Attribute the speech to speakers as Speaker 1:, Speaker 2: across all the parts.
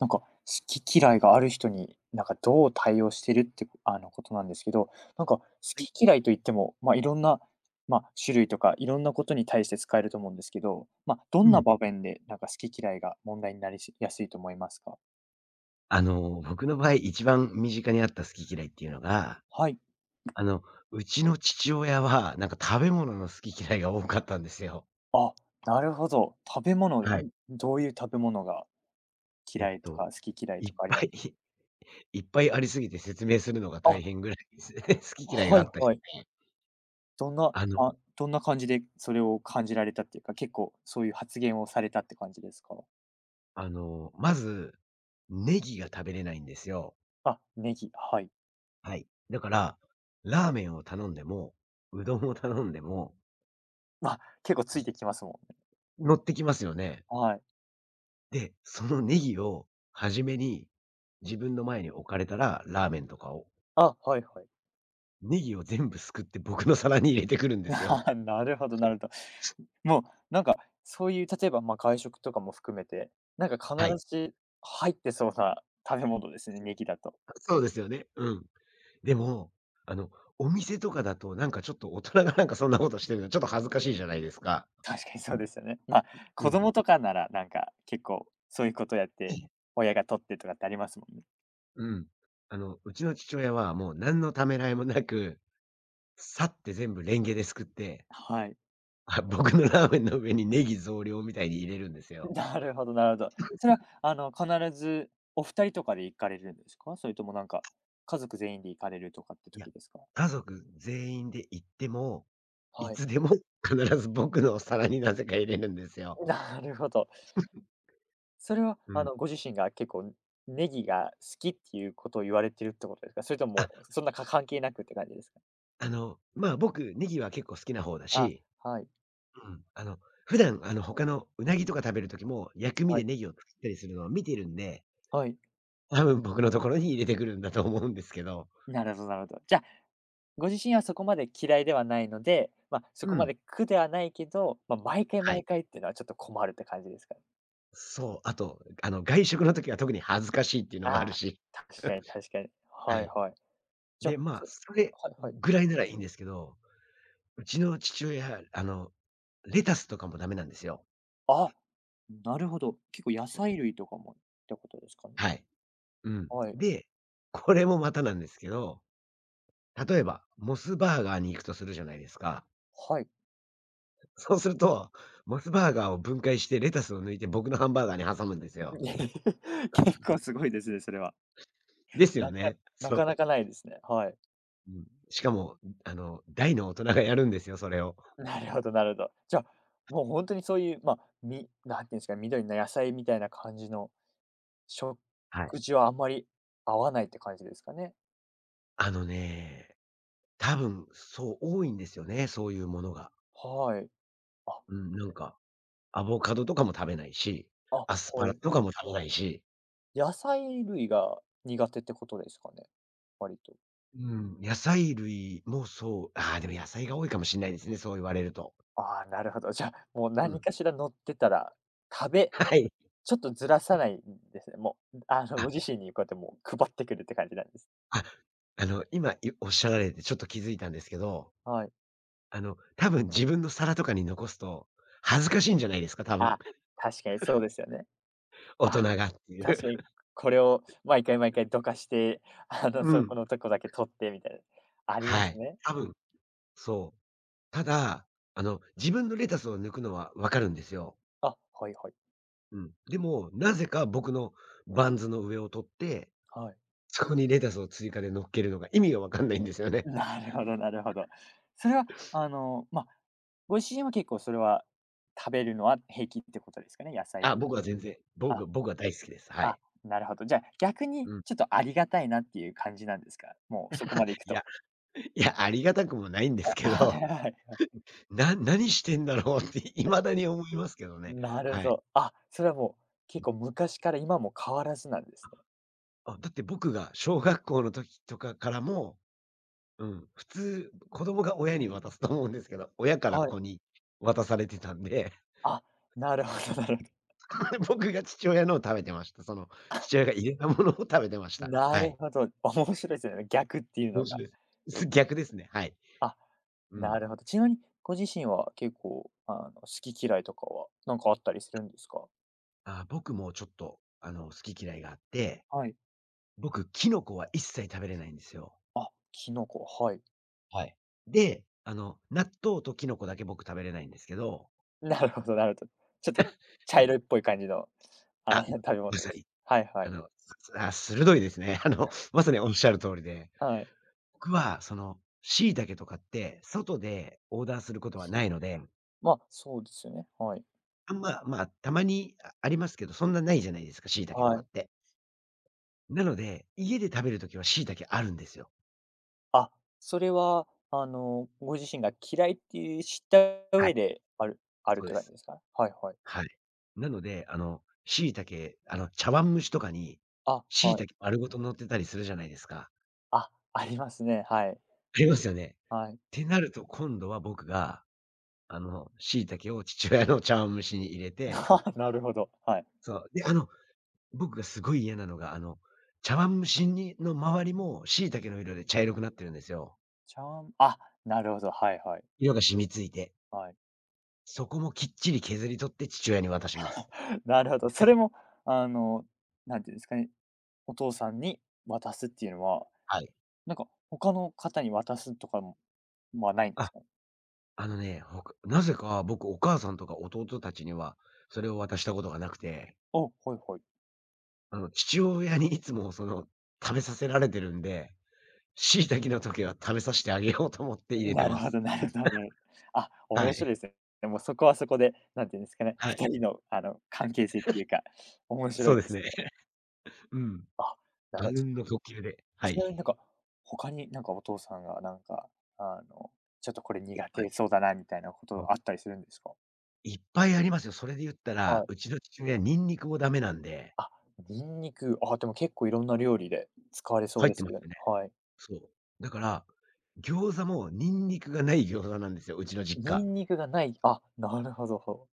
Speaker 1: なんか、好き嫌いがある人に、なんかどう対応してるって、あの、ことなんですけど、なんか好
Speaker 2: はい。
Speaker 1: き嫌いと言っても、まあ、いろんな、まあ、種類とか、いろんなことに対して使えると思うんですけど、まあ、ど
Speaker 2: う
Speaker 1: んな
Speaker 2: ん。
Speaker 1: 場面で、なんか好き嫌いが問題になりしやすいと思いますか？
Speaker 2: 僕の場合、一番身近にあった好き嫌いっていうのが、
Speaker 1: はい。
Speaker 2: あの、うちの父親は、なんか食べ物の好き嫌いが多かったんですよ。
Speaker 1: あ、なるほど。食べ物で、
Speaker 2: はい。
Speaker 1: ん、どういう食べ物が
Speaker 2: えっ
Speaker 1: 嫌いとか、
Speaker 2: と、
Speaker 1: 好き嫌い
Speaker 2: い
Speaker 1: と
Speaker 2: っ
Speaker 1: かあり
Speaker 2: ぱ
Speaker 1: ます？
Speaker 2: い いっぱいありすぎて説明するのが大
Speaker 1: あ、
Speaker 2: 変ぐらいですね。好き嫌いが
Speaker 1: は
Speaker 2: あ
Speaker 1: い
Speaker 2: ったり
Speaker 1: はい。
Speaker 2: ね。あの
Speaker 1: どんな感じでそれを感じられたっていうか、結構そういう発言をされたって感じですか？
Speaker 2: まず、ネギが食べれないんですよ。
Speaker 1: あ、ネギ、はい。
Speaker 2: はい。だから、ラーメンを頼んでも、うどんを頼んでも、
Speaker 1: ま、結構ついてきますもんね。
Speaker 2: 乗ってきますよね。
Speaker 1: はい。
Speaker 2: で、そのネギを初めに自分の前に置かれたら、ラーメンとかを、
Speaker 1: あ、はいはい。
Speaker 2: ネギを全部すくって僕の皿に入れてくるんですよ。
Speaker 1: なるほどなるほど。もう、なんか、そういう例えば、まあ、外食とかも含めて、なんか必
Speaker 2: はい。
Speaker 1: ず入ってそうな食べ物ですね、ネギだと。
Speaker 2: そうですよね。うん。でも、あの、お店とかだとなんかちょっと大人がなんかそんなことしてるのちょっと恥ずかしいじゃないですか。
Speaker 1: 確かにそうですよね。まあ、
Speaker 2: う
Speaker 1: 子
Speaker 2: ん。
Speaker 1: 供とかなら、なんか、結構そういうことやっ
Speaker 2: ね。
Speaker 1: て、親が取ってとかってありますもんね。
Speaker 2: うん。うちの父親はもう何のためらいもなく、さって全部レンゲですくって、
Speaker 1: はい。
Speaker 2: あ、僕のラーメンの上にネギ増量みたいに入れるんです よ。
Speaker 1: なるほどなるほど。それは、あの、必ずお二人とかで行かれるんですか？それともなんか、家族全員で行かれるとかって
Speaker 2: いや、
Speaker 1: 時ですか？
Speaker 2: 家族全員で行ってもい
Speaker 1: はい。
Speaker 2: つでも必ず僕のお皿になぜか入れるんですよ。
Speaker 1: なるほど。それは、
Speaker 2: う
Speaker 1: あ
Speaker 2: ん。
Speaker 1: の、ご自身が結構ネギが好きっていうことを言われてるってことですか？それと
Speaker 2: あ、
Speaker 1: もそんなか関係なくって感じですか？
Speaker 2: まあ、僕、ネギは結構好きな方だ
Speaker 1: あ、
Speaker 2: し、
Speaker 1: はい、
Speaker 2: うん、普段、他のうなぎとか食べる時も、薬味
Speaker 1: は
Speaker 2: で
Speaker 1: い、
Speaker 2: ネギを使ったりするのを見てるんで、
Speaker 1: はい。
Speaker 2: 多分僕のところに入れてくるんだと思うんですけど。
Speaker 1: なるほどなるほど。じゃあ、ご自身はそこまで嫌いではないので、まあ、そ
Speaker 2: う
Speaker 1: こま
Speaker 2: ん。
Speaker 1: で苦ではないけど、まあ、毎回
Speaker 2: は
Speaker 1: 毎
Speaker 2: い。
Speaker 1: 回っていうのはちょっと困るって感じですかね？
Speaker 2: そう、あと、外食の時は特に恥ずかしいっていうのもある
Speaker 1: ああ、
Speaker 2: し。
Speaker 1: 確かに確かに。
Speaker 2: は
Speaker 1: はい
Speaker 2: い。
Speaker 1: はい。じゃ
Speaker 2: で、
Speaker 1: あ、
Speaker 2: まあ、
Speaker 1: そうです
Speaker 2: それ
Speaker 1: はいはい。
Speaker 2: ぐらいならいいんですけど、うちの父親、レタスとかもダメなんですよ。
Speaker 1: あ、なるほど。結構野菜類とかもってことですかね？
Speaker 2: はい。うん。
Speaker 1: はい、
Speaker 2: で、これもまたなんですけど、例えば、モスバーガーに行くとするじゃないですか。
Speaker 1: はい。
Speaker 2: そうすると、モスバーガーを分解してレタスを抜いて僕のハンバーガーに挟むんです よ。
Speaker 1: 結構すごいですね、それは。
Speaker 2: ですよ
Speaker 1: なか
Speaker 2: ね。
Speaker 1: な
Speaker 2: そう。
Speaker 1: かなかないですね。はい。
Speaker 2: うん。しかも、大の大人がやるんですよ、それを。
Speaker 1: なるほどなるほど。じゃあ、もう本当にそういう、まあ、なんていうんですかね、緑の野菜みたいな感じの食
Speaker 2: はい。
Speaker 1: 事はあんまり合わないって感じですかね。
Speaker 2: あのね、多分、そう、多いんですよね、そういうものが。
Speaker 1: はい。あ、
Speaker 2: うん、なんか、アボカドとかも食べないし、
Speaker 1: あ、
Speaker 2: アスパ
Speaker 1: は
Speaker 2: ラ
Speaker 1: い。
Speaker 2: とかも食べないし、
Speaker 1: 野菜類が苦手ってことですかね？割と。
Speaker 2: うん、野菜類もそう、ああ、でも野菜が多いかもしれないですね、そう言われると。
Speaker 1: ああ、なるほど。じゃあ、もう
Speaker 2: う
Speaker 1: 何
Speaker 2: ん。
Speaker 1: かし ら乗ってたら、食べ
Speaker 2: はい。
Speaker 1: ちょっとずらさないんですね。もう、あの、ご
Speaker 2: あ、
Speaker 1: 自身にこうやってもう配ってくるって感じなんです。
Speaker 2: あ、今いおっしゃられてちょっと気づいたんですけど、
Speaker 1: はい。
Speaker 2: 多分自分の皿とかに残すと、恥ずかしいんじゃないですか、多分。
Speaker 1: あ、確かにそうですよね。
Speaker 2: 大人
Speaker 1: あ、
Speaker 2: がっていう。
Speaker 1: 確かにこれを毎回毎回どかして、あ の、
Speaker 2: う
Speaker 1: そ
Speaker 2: ん。
Speaker 1: このとこだけ取ってみたいな、ありま
Speaker 2: は
Speaker 1: す
Speaker 2: い。
Speaker 1: ね。
Speaker 2: 多分、そう。ただ、自分のレタスを抜くのはわかるんですよ。
Speaker 1: あ、はいはい。
Speaker 2: うん。でも、なぜか僕のバンズの上を取って、
Speaker 1: はい。
Speaker 2: そこにレタスを追加で乗っけるのが意味がわかんないんですよ ね。
Speaker 1: なるほどなるほど。それは、あの、まあ、ご自身は結構それは食べるのは平気ってことですかね？野菜
Speaker 2: あ、
Speaker 1: 類
Speaker 2: 僕
Speaker 1: と
Speaker 2: は
Speaker 1: か。
Speaker 2: 全然、
Speaker 1: あ、
Speaker 2: 僕は大好きです。は
Speaker 1: あ、
Speaker 2: い。
Speaker 1: なるほど。じゃあ、逆に
Speaker 2: うん。
Speaker 1: ちょっとありがたいなっていう感じなんですか？もうそこまでいく
Speaker 2: い
Speaker 1: と。
Speaker 2: や、いや、ありがたくもないんですけ
Speaker 1: あ、はい
Speaker 2: ど
Speaker 1: はい。
Speaker 2: な、何してんだろうって 未だに思いますけどね。
Speaker 1: なる
Speaker 2: はい。
Speaker 1: ぞ。あ、それはもう結構昔から今も変わらずなんですね。
Speaker 2: あ、だって僕が小学校の時とかからも、うん、普通子供が親に渡すと思うんですけど、親から
Speaker 1: はい。
Speaker 2: 子に渡されてたんで、
Speaker 1: あ、なるほどなるほど。
Speaker 2: 僕が父親のを食べてました。その父親が入れたものを食べてました。
Speaker 1: な
Speaker 2: は
Speaker 1: る
Speaker 2: い。
Speaker 1: ほど。面白いですよね、逆っていうの
Speaker 2: 面
Speaker 1: が。
Speaker 2: 白いです。す、逆ですね。はい。
Speaker 1: あ、
Speaker 2: う
Speaker 1: な
Speaker 2: ん。
Speaker 1: るほど。ちなみにご自身は結構、あの、好き嫌いとかは、なんかあったりするんですか？
Speaker 2: あ、僕もちょっとあの好き嫌いがあって、
Speaker 1: はい。
Speaker 2: 僕キノコは一切食べれないんですよ。
Speaker 1: あ、キノコ、はい。
Speaker 2: はい。で、納豆とキノコだけ僕食べれないんですけど、
Speaker 1: なるほどなるほど。ちょっと茶
Speaker 2: え、
Speaker 1: 色いっぽい感じの、あ
Speaker 2: あ、
Speaker 1: 食べ
Speaker 2: ごめんな
Speaker 1: 物
Speaker 2: さ
Speaker 1: です。
Speaker 2: い。
Speaker 1: はいは
Speaker 2: あ
Speaker 1: い。
Speaker 2: の、あ、鋭いですね。まさにおっしゃる通りで、
Speaker 1: はい。
Speaker 2: 僕はその、椎茸とかって外でオーダーすることはないので、
Speaker 1: まあ、そうですよね。はい。
Speaker 2: あんま、まあ、たまにあありますけど、そんなないじゃないですか、椎茸と
Speaker 1: は
Speaker 2: かっ
Speaker 1: い。
Speaker 2: て。なので、家で食べるときは椎茸あるんですよ。
Speaker 1: あ、それは、あの、ご自身が嫌いっていう知った
Speaker 2: はい、
Speaker 1: 上であるあるっ
Speaker 2: そう
Speaker 1: て
Speaker 2: で
Speaker 1: 感じ
Speaker 2: す。
Speaker 1: ですか？はいはい。
Speaker 2: はい。なので、椎茸、茶碗蒸しとかに、
Speaker 1: あ、
Speaker 2: 椎
Speaker 1: はい。
Speaker 2: 茸丸ごと乗ってたりするじゃないですか。
Speaker 1: あ、ありますね。はい。
Speaker 2: ありますよね。っ
Speaker 1: はい。
Speaker 2: てなると、今度は僕が、椎茸を父親の茶碗蒸しに入れて、
Speaker 1: なるほど。はい。
Speaker 2: そう。で、僕がすごい嫌なのが、茶碗蒸しにの周りも椎茸の色で茶色くなってるんですよ。
Speaker 1: ちゃんあ、なるほど。はいはい。
Speaker 2: 色が染み付いて。
Speaker 1: はい。
Speaker 2: そこもきっちり削り取って父親に渡します。
Speaker 1: なるほど。それも、あの、なんていうんですかね、お父さんに渡すっていうのは、
Speaker 2: はい。
Speaker 1: なんか他の方に渡すとかもはないんで
Speaker 2: あ、
Speaker 1: すか？
Speaker 2: あのね、ほくなぜか僕、お母さんとか弟たちには、それを渡したことがなくて、
Speaker 1: ほいほい。
Speaker 2: 父親にいつもその、食べさせられてるんで椎茸の時は食べさせてあげようと思っ て入れて
Speaker 1: なる
Speaker 2: ま
Speaker 1: ほ
Speaker 2: す。
Speaker 1: どなるほど。ね、あ、
Speaker 2: は
Speaker 1: 面白い
Speaker 2: い。
Speaker 1: ですね。でもそこはそこで、なんていうんですかね、
Speaker 2: はい。
Speaker 1: 2人のあの関係性っていうか、面
Speaker 2: そ
Speaker 1: 白
Speaker 2: う
Speaker 1: い
Speaker 2: で
Speaker 1: で
Speaker 2: す
Speaker 1: す
Speaker 2: ね。
Speaker 1: ね。
Speaker 2: うん。
Speaker 1: あ、な
Speaker 2: あう
Speaker 1: るほ
Speaker 2: ん
Speaker 1: ど。
Speaker 2: の呼吸で。は
Speaker 1: ち
Speaker 2: い。
Speaker 1: なみになんか、他になんかお父さんがなんか、あの、ちょっとこれ
Speaker 2: は
Speaker 1: 苦
Speaker 2: い。
Speaker 1: 手そうだなみたいなこ
Speaker 2: も
Speaker 1: と
Speaker 2: う、
Speaker 1: あったりするんですか？
Speaker 2: いっぱいありますよ。それで言ったら、
Speaker 1: はい。
Speaker 2: うちの父親ニンニクもダメなんで、
Speaker 1: あ、ニンニク、あ、でも結構いろんな料理で使われそう
Speaker 2: 入っ
Speaker 1: で
Speaker 2: て
Speaker 1: す
Speaker 2: ま
Speaker 1: け
Speaker 2: す
Speaker 1: どね。
Speaker 2: よね。
Speaker 1: はい。
Speaker 2: そう。だから、餃子もニンニクがない餃子なんですよ、うちの実
Speaker 1: ニ
Speaker 2: 家。
Speaker 1: ンニクがない、あ、なるほど、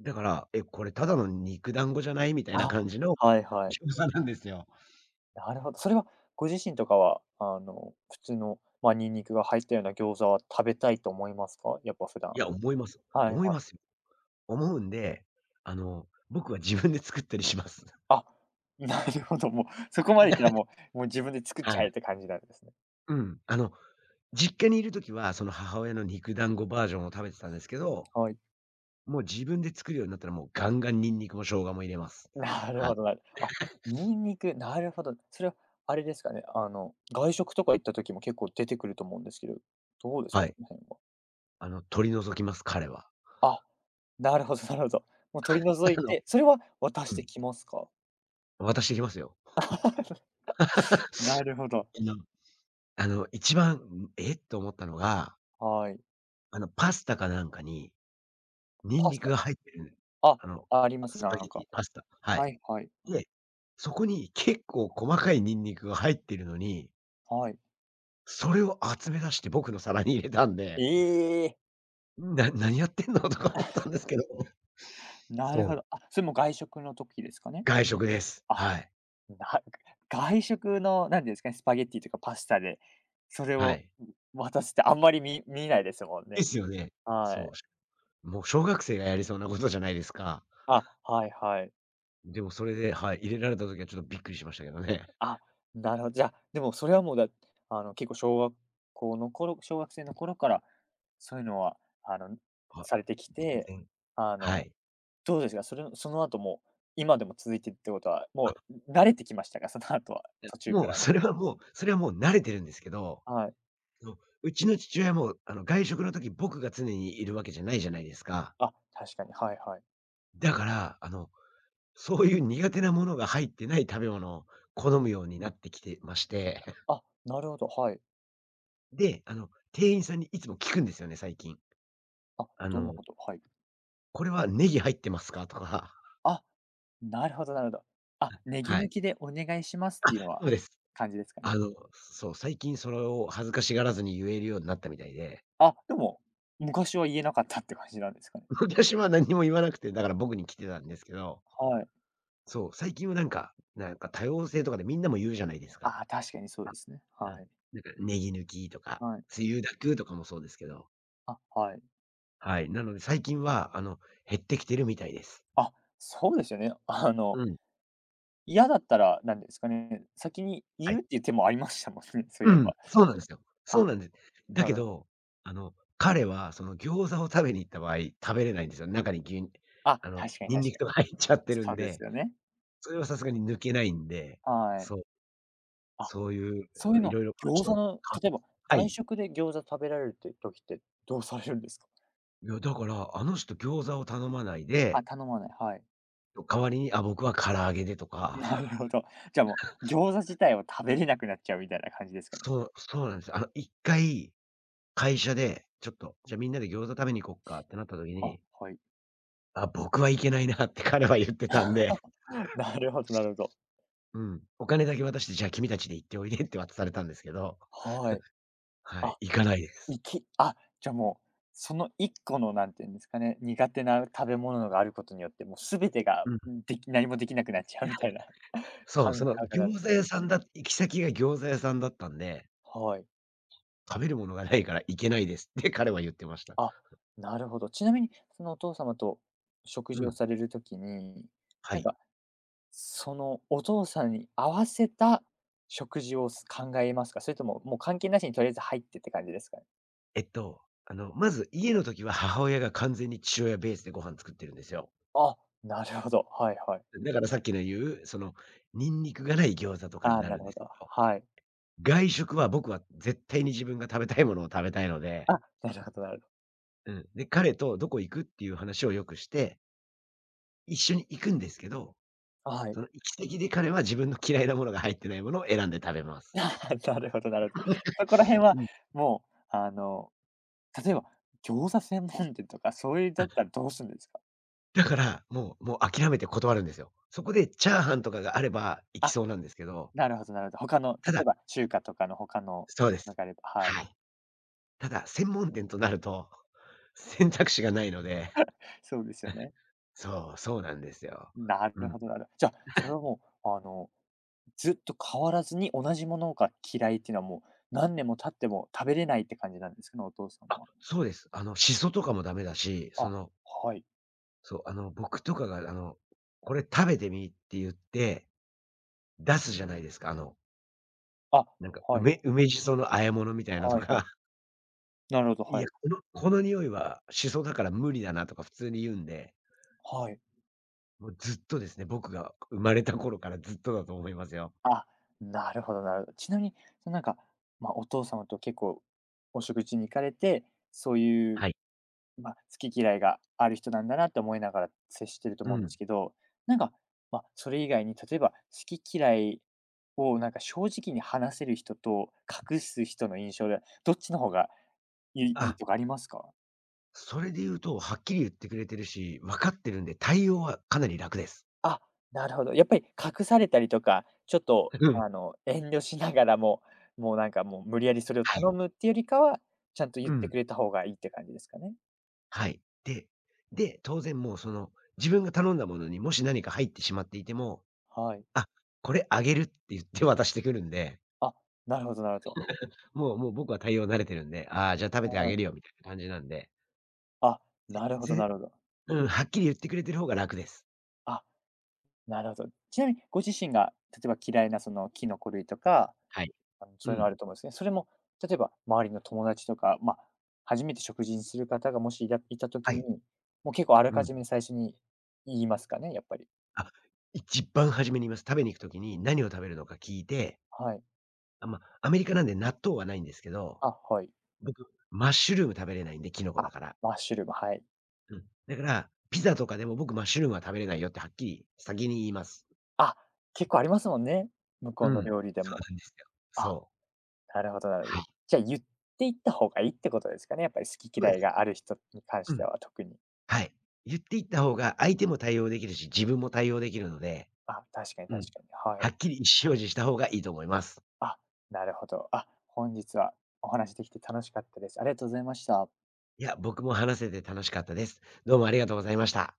Speaker 2: だから、「え、これただの肉団子じゃない？」みたいな
Speaker 1: あ、
Speaker 2: 感じの
Speaker 1: はいはい。
Speaker 2: 餃子なんですよ。
Speaker 1: なるほど。それはご自身とかは、あの、普通の、まあ、ニンニクが入ったような餃子は食べたいと思いますか？やっぱ普段。
Speaker 2: いや、思います。
Speaker 1: はいはい。
Speaker 2: 思いますよ。思うんで、僕は自分で作ったりします。
Speaker 1: あ、なるほど、もうそこまでいったらもうもう自分で作っち
Speaker 2: は
Speaker 1: ゃ
Speaker 2: い。
Speaker 1: えって感じなんですね。
Speaker 2: うん。実家にいるときは、その母親の肉団子バージョンを食べてたんですけど、
Speaker 1: はい。
Speaker 2: もう自分で作るようになったらもうガンガンニンニクも生姜も入れます。
Speaker 1: なる
Speaker 2: はい。
Speaker 1: ほどなるあ、ニンニク、なるほど。それはあれですかね、あの、外食とか行った時も結構出てくると思うんですけど、どうです
Speaker 2: は
Speaker 1: か、そ
Speaker 2: い。
Speaker 1: の辺は。
Speaker 2: 取り除きます、彼は。
Speaker 1: あ、なるほどなるほど。もう取り除 い
Speaker 2: あの
Speaker 1: て、それは渡し
Speaker 2: う
Speaker 1: て
Speaker 2: ん。
Speaker 1: きますか？
Speaker 2: 渡してきますよ。
Speaker 1: なるほ
Speaker 2: あ
Speaker 1: ど。
Speaker 2: の一番、思ったのが、
Speaker 1: はい。
Speaker 2: パスタかなんかにニン
Speaker 1: パ
Speaker 2: ニ
Speaker 1: ス
Speaker 2: ク
Speaker 1: タ。
Speaker 2: が入ってる、
Speaker 1: あ、
Speaker 2: あの、
Speaker 1: あります、
Speaker 2: スパ
Speaker 1: なん
Speaker 2: ゲテ
Speaker 1: か。
Speaker 2: ィ、パスタ、は
Speaker 1: は
Speaker 2: い。
Speaker 1: いはい。
Speaker 2: で、そこに結構細かいニンニクが入ってるのに、
Speaker 1: はい。
Speaker 2: それを集め出して僕の皿に入れたん
Speaker 1: え
Speaker 2: で
Speaker 1: え、
Speaker 2: な、何やってんのとか思ったんですけど。
Speaker 1: なるほ
Speaker 2: そ
Speaker 1: ど。
Speaker 2: う、
Speaker 1: あ、それも外食の時ですかね？
Speaker 2: 外食です。
Speaker 1: あ。
Speaker 2: はい。
Speaker 1: な外食の、なんていうんですかね、スパゲッティとかパスタで、それ
Speaker 2: は
Speaker 1: を
Speaker 2: い。
Speaker 1: 渡すってあんまり見ないですもん
Speaker 2: で
Speaker 1: ね。
Speaker 2: すよね。
Speaker 1: は
Speaker 2: そ
Speaker 1: い。
Speaker 2: う、もう小学生がやりそうなことじゃないですか。
Speaker 1: あ、はいはい。
Speaker 2: でもそれで、はい、入れられた時はちょっとびっくりしましたけどね。
Speaker 1: あ、なるほど。じゃあ、でもそれはもうあの、結構小学生の頃から、そういうのは、あの、
Speaker 2: あ、
Speaker 1: されてきて、
Speaker 2: 全然
Speaker 1: あ
Speaker 2: は
Speaker 1: の、
Speaker 2: い。
Speaker 1: どうですか？それその後も、今でも続いてるってことは、
Speaker 2: あ、
Speaker 1: もう慣れてきましたか？その後は、途中か
Speaker 2: もう
Speaker 1: ら。
Speaker 2: それはもうそれはもう慣れてるんですけど、
Speaker 1: はい。
Speaker 2: う、うちの父親もあの、外食の時、僕が常にいるわけじゃないじゃないですか。
Speaker 1: あ、確かに、はいはい。
Speaker 2: だから、そういう苦手なものが入ってない食べ物を好むようになってきてまして。
Speaker 1: あ、なるほど、はい。
Speaker 2: で、店員さんにいつも聞くんですよね、最近。
Speaker 1: あ、
Speaker 2: あ
Speaker 1: どんな
Speaker 2: の、
Speaker 1: ことはい。
Speaker 2: これはネギ入ってますか？とか、
Speaker 1: あ、なるほどなるほど。あ、ネギ
Speaker 2: は
Speaker 1: 抜
Speaker 2: い。
Speaker 1: きでお願いしますっていうのは、
Speaker 2: そうです。
Speaker 1: 感じですかね。
Speaker 2: そう、最近それを恥ずかしがらずに言えるようになったみたいで、
Speaker 1: あ、でも、昔は言えなかったって感じなんですかね。
Speaker 2: 昔は何も言わなくて、だから僕に来てたんですけど、
Speaker 1: はい。
Speaker 2: そう、最近はなんか、なんか多様性とかでみんなも言うじゃないですか。
Speaker 1: あ、確かにそう
Speaker 2: あ、
Speaker 1: ですね。
Speaker 2: う
Speaker 1: は
Speaker 2: ん。
Speaker 1: い。
Speaker 2: なんかネギ抜きとか、
Speaker 1: はい。
Speaker 2: つゆだくとかもそうですけど、
Speaker 1: あ、はい。
Speaker 2: はい。なので最近は、減ってきてるみたいです。
Speaker 1: あ、そうですよね。あの、
Speaker 2: うん。
Speaker 1: 嫌だったら、なんですかね、先に
Speaker 2: は
Speaker 1: 言
Speaker 2: い。
Speaker 1: うっていう手もありましたもんね、そう
Speaker 2: う
Speaker 1: いえ
Speaker 2: ん、
Speaker 1: ば。
Speaker 2: そうなんですよ。そ
Speaker 1: あ、
Speaker 2: うなんです。だ
Speaker 1: な
Speaker 2: け
Speaker 1: るほど。
Speaker 2: ど、彼はその餃子を食べに行った場合、食べれないんですよ。中に牛、
Speaker 1: あ、確かに
Speaker 2: ニン
Speaker 1: 確
Speaker 2: ニ
Speaker 1: か
Speaker 2: ク
Speaker 1: に。
Speaker 2: とか入っちゃってるん
Speaker 1: そうです
Speaker 2: で、
Speaker 1: よね。
Speaker 2: それはさすがに抜けないんで、
Speaker 1: はい。
Speaker 2: そう、
Speaker 1: あ、
Speaker 2: そういう、
Speaker 1: そういう
Speaker 2: い
Speaker 1: の、
Speaker 2: ろいろ、まち
Speaker 1: 餃
Speaker 2: ょっ
Speaker 1: 子
Speaker 2: と、
Speaker 1: の
Speaker 2: か、
Speaker 1: 例えば、
Speaker 2: は
Speaker 1: 外
Speaker 2: い。
Speaker 1: 食で餃子食べられるって時って、どうされるんですか？
Speaker 2: いや、だから、人餃子を頼まない
Speaker 1: あ、
Speaker 2: で、
Speaker 1: 頼まない、はい。
Speaker 2: 代わりに、あ、僕は唐揚げでと か、
Speaker 1: なるほど。じゃあもう、餃子自体を食べれなくなっちゃうみたいな感じですかね？
Speaker 2: そう、そうなんです。一回会社で、ちょっと、じゃあみんなで餃子食べに行こっかってなった時
Speaker 1: あ、
Speaker 2: に、
Speaker 1: はい。
Speaker 2: あ、僕は行けないなって彼は言ってたんで。
Speaker 1: なるほどなるほど。
Speaker 2: うん。お金だけ渡して、じゃあ君たちで行っておいでって渡されたんですけど、
Speaker 1: はい。
Speaker 2: はい、
Speaker 1: あ、
Speaker 2: 行かないです。
Speaker 1: いきあ、じゃあもう、その一個のなんていうんですかね、苦手な食べ物があることによって、もう全てが、
Speaker 2: うん。
Speaker 1: 何もできなくなっちゃうみたいな
Speaker 2: そう、
Speaker 1: 感
Speaker 2: その
Speaker 1: 覚なんで
Speaker 2: 餃
Speaker 1: す
Speaker 2: 子
Speaker 1: ね。
Speaker 2: 屋さんだ行き先が餃子屋さんだったんで、
Speaker 1: はい。
Speaker 2: 食べるものがないから行けないですって彼は言ってました。
Speaker 1: あ、なるほど。ちなみに、そのお父様と食
Speaker 2: う
Speaker 1: 事を
Speaker 2: ん。
Speaker 1: されるときに、
Speaker 2: は
Speaker 1: なん
Speaker 2: い。
Speaker 1: かそのお父さんに合わせた食事をす考えますか？それとも、もう関係なしにとりあえず入ってって感じですかね？
Speaker 2: まず家の時は母親が完全に父親ベースでご飯作ってるんですよ。
Speaker 1: あ、なるほど。はいはい。
Speaker 2: だからさっきの言う、その、ニンニクがない餃子とかに
Speaker 1: ああ、
Speaker 2: な
Speaker 1: な
Speaker 2: る
Speaker 1: る
Speaker 2: んで
Speaker 1: ほ
Speaker 2: すけ
Speaker 1: ど。
Speaker 2: ど、
Speaker 1: はい。
Speaker 2: 外食は僕は絶対に自分が食べたいものを食べたいので、
Speaker 1: あ、なるほどなるほど。
Speaker 2: うん。で、彼とどこ行くっていう話をよくして一緒に行くんですけど、
Speaker 1: はい。
Speaker 2: その行き先で彼は自分の嫌いなものが入ってないものを選んで食べま す。
Speaker 1: なるほどなるほど。そこら辺は
Speaker 2: うん。
Speaker 1: もう、あの、例えば餃子専門店とかそういう
Speaker 2: あ、
Speaker 1: だったらどうするんですか？
Speaker 2: だから、もう諦めて断るんですよ。そこでチャーハンとかがあれば行き
Speaker 1: あ、
Speaker 2: そうなんですけど、
Speaker 1: なるほどなるほど。他の、
Speaker 2: た
Speaker 1: 例
Speaker 2: だ
Speaker 1: えば中華とかの他の
Speaker 2: そうで
Speaker 1: なん
Speaker 2: す。
Speaker 1: かあればはい。
Speaker 2: はい。ただ専門店となると、選択肢がないので、
Speaker 1: そうですよね。
Speaker 2: そう、そうなんですよ。
Speaker 1: な
Speaker 2: う
Speaker 1: る
Speaker 2: ん。
Speaker 1: ほどなるほどじゃあ、それはもう、あのずっと変わらずに同じものが嫌いっていうのはもう、何年も経っても食べれないって感じなんですかね、お父さんは。
Speaker 2: そうです。あの、シソとかもダメだし、そ
Speaker 1: あ、
Speaker 2: の、
Speaker 1: はい。
Speaker 2: そう、あの、僕とかがあの、これ食べてみって言って、出すじゃないですか、あの、
Speaker 1: あ、
Speaker 2: なんか、
Speaker 1: はい、
Speaker 2: 梅しその和え物みたいなと
Speaker 1: はいは
Speaker 2: か、
Speaker 1: い。なるほど、
Speaker 2: い
Speaker 1: は
Speaker 2: や、
Speaker 1: い。
Speaker 2: この匂いはしそだから無理だなとか普通に言うんで、
Speaker 1: はい。
Speaker 2: もうずっとですね、僕が生まれた頃からずっとだと思いますよ。
Speaker 1: あ、なるほどなるほど。ちなみに、そのなんか、まあ、お父様と結構お食事に行かれて、そういう、
Speaker 2: はい。
Speaker 1: まあ、好き嫌いがある人なんだなって思いながら接してると
Speaker 2: う
Speaker 1: 思うんで
Speaker 2: ん。
Speaker 1: すけど、なんか、まあ、それ以外に例えば好き嫌いをなんか正直に話せる人と隠す人の印象で、どっちの方がいい
Speaker 2: あ、
Speaker 1: とかありますか？
Speaker 2: それで言うと、はっきり言ってくれてるし、分かってるんで、対応はかなり楽です。
Speaker 1: あ、なるほど。やっぱり隠されたりとか、ちょっと
Speaker 2: うん。
Speaker 1: あの、遠慮しながらも、もうなんかもう無理やりそれを
Speaker 2: はい。
Speaker 1: 頼むっていうよりかは、ちゃんと
Speaker 2: う
Speaker 1: 言って
Speaker 2: ん。
Speaker 1: くれた方がいいって感じですかね？
Speaker 2: はい。で、当然もうその、自分が頼んだものにもし何か入ってしまっていても、
Speaker 1: はい。
Speaker 2: あ、これあげるって言って渡してくるんで
Speaker 1: あ、なるほどなるほど。
Speaker 2: もう僕は対応慣れてるんで、ああ、じゃあ食べてあ
Speaker 1: は
Speaker 2: げ
Speaker 1: い。
Speaker 2: るよみたいな感じなんで、
Speaker 1: あ、なるほど
Speaker 2: ぜ
Speaker 1: なるほど。
Speaker 2: うん、はっきり言ってくれてる方が楽です。
Speaker 1: あ、なるほど。ちなみにご自身が例えば嫌いなそのキノコ類とか、
Speaker 2: はい。
Speaker 1: あの、
Speaker 2: う
Speaker 1: そういうのあ
Speaker 2: ん。
Speaker 1: ると思うんですね。それも例えば周りの友達とか、まあ、初めて食事にする方がもしいた
Speaker 2: は
Speaker 1: 時に、
Speaker 2: い。
Speaker 1: もう結構あら
Speaker 2: う
Speaker 1: か
Speaker 2: ん。
Speaker 1: じめ最初に言いますかね？やっぱり。
Speaker 2: あ、一番初めに言います。食べに行くときに何を食べるのか聞いて、
Speaker 1: はい。
Speaker 2: あ、ま、アメリカなんで納豆はないんですけど、
Speaker 1: あ、はい。
Speaker 2: 僕、マッシュルーム食べれないんで、キノコ
Speaker 1: あ、
Speaker 2: だから。
Speaker 1: マッシュルーム、はい。
Speaker 2: うん。だから、ピザとかでも僕マッシュルームは食べれないよってはっきり先に言います。
Speaker 1: あ、結構ありますもんね。向こ
Speaker 2: う
Speaker 1: うの
Speaker 2: ん。
Speaker 1: 料理で
Speaker 2: そう
Speaker 1: も。
Speaker 2: なんですよ。
Speaker 1: あ、
Speaker 2: そう。
Speaker 1: なるほどなるほ
Speaker 2: は
Speaker 1: ど。
Speaker 2: い。
Speaker 1: じゃあ、言っていった方がいいってことですかね、やっぱり好き
Speaker 2: そうで
Speaker 1: 嫌い
Speaker 2: す。
Speaker 1: がある人に関
Speaker 2: う
Speaker 1: して
Speaker 2: ん。
Speaker 1: は特に。
Speaker 2: はい。言っていった方が相手も対応できるし、自分も対応できるので
Speaker 1: あ、確かに確
Speaker 2: う
Speaker 1: か
Speaker 2: ん。
Speaker 1: に。は
Speaker 2: は
Speaker 1: い。
Speaker 2: っきり意思表示した方がいいと思います。
Speaker 1: あ、なるほど。あ、本日はお話できて楽しかったです。ありがとうございました。
Speaker 2: いや、僕も話せて楽しかったです。どうもありがとうございました。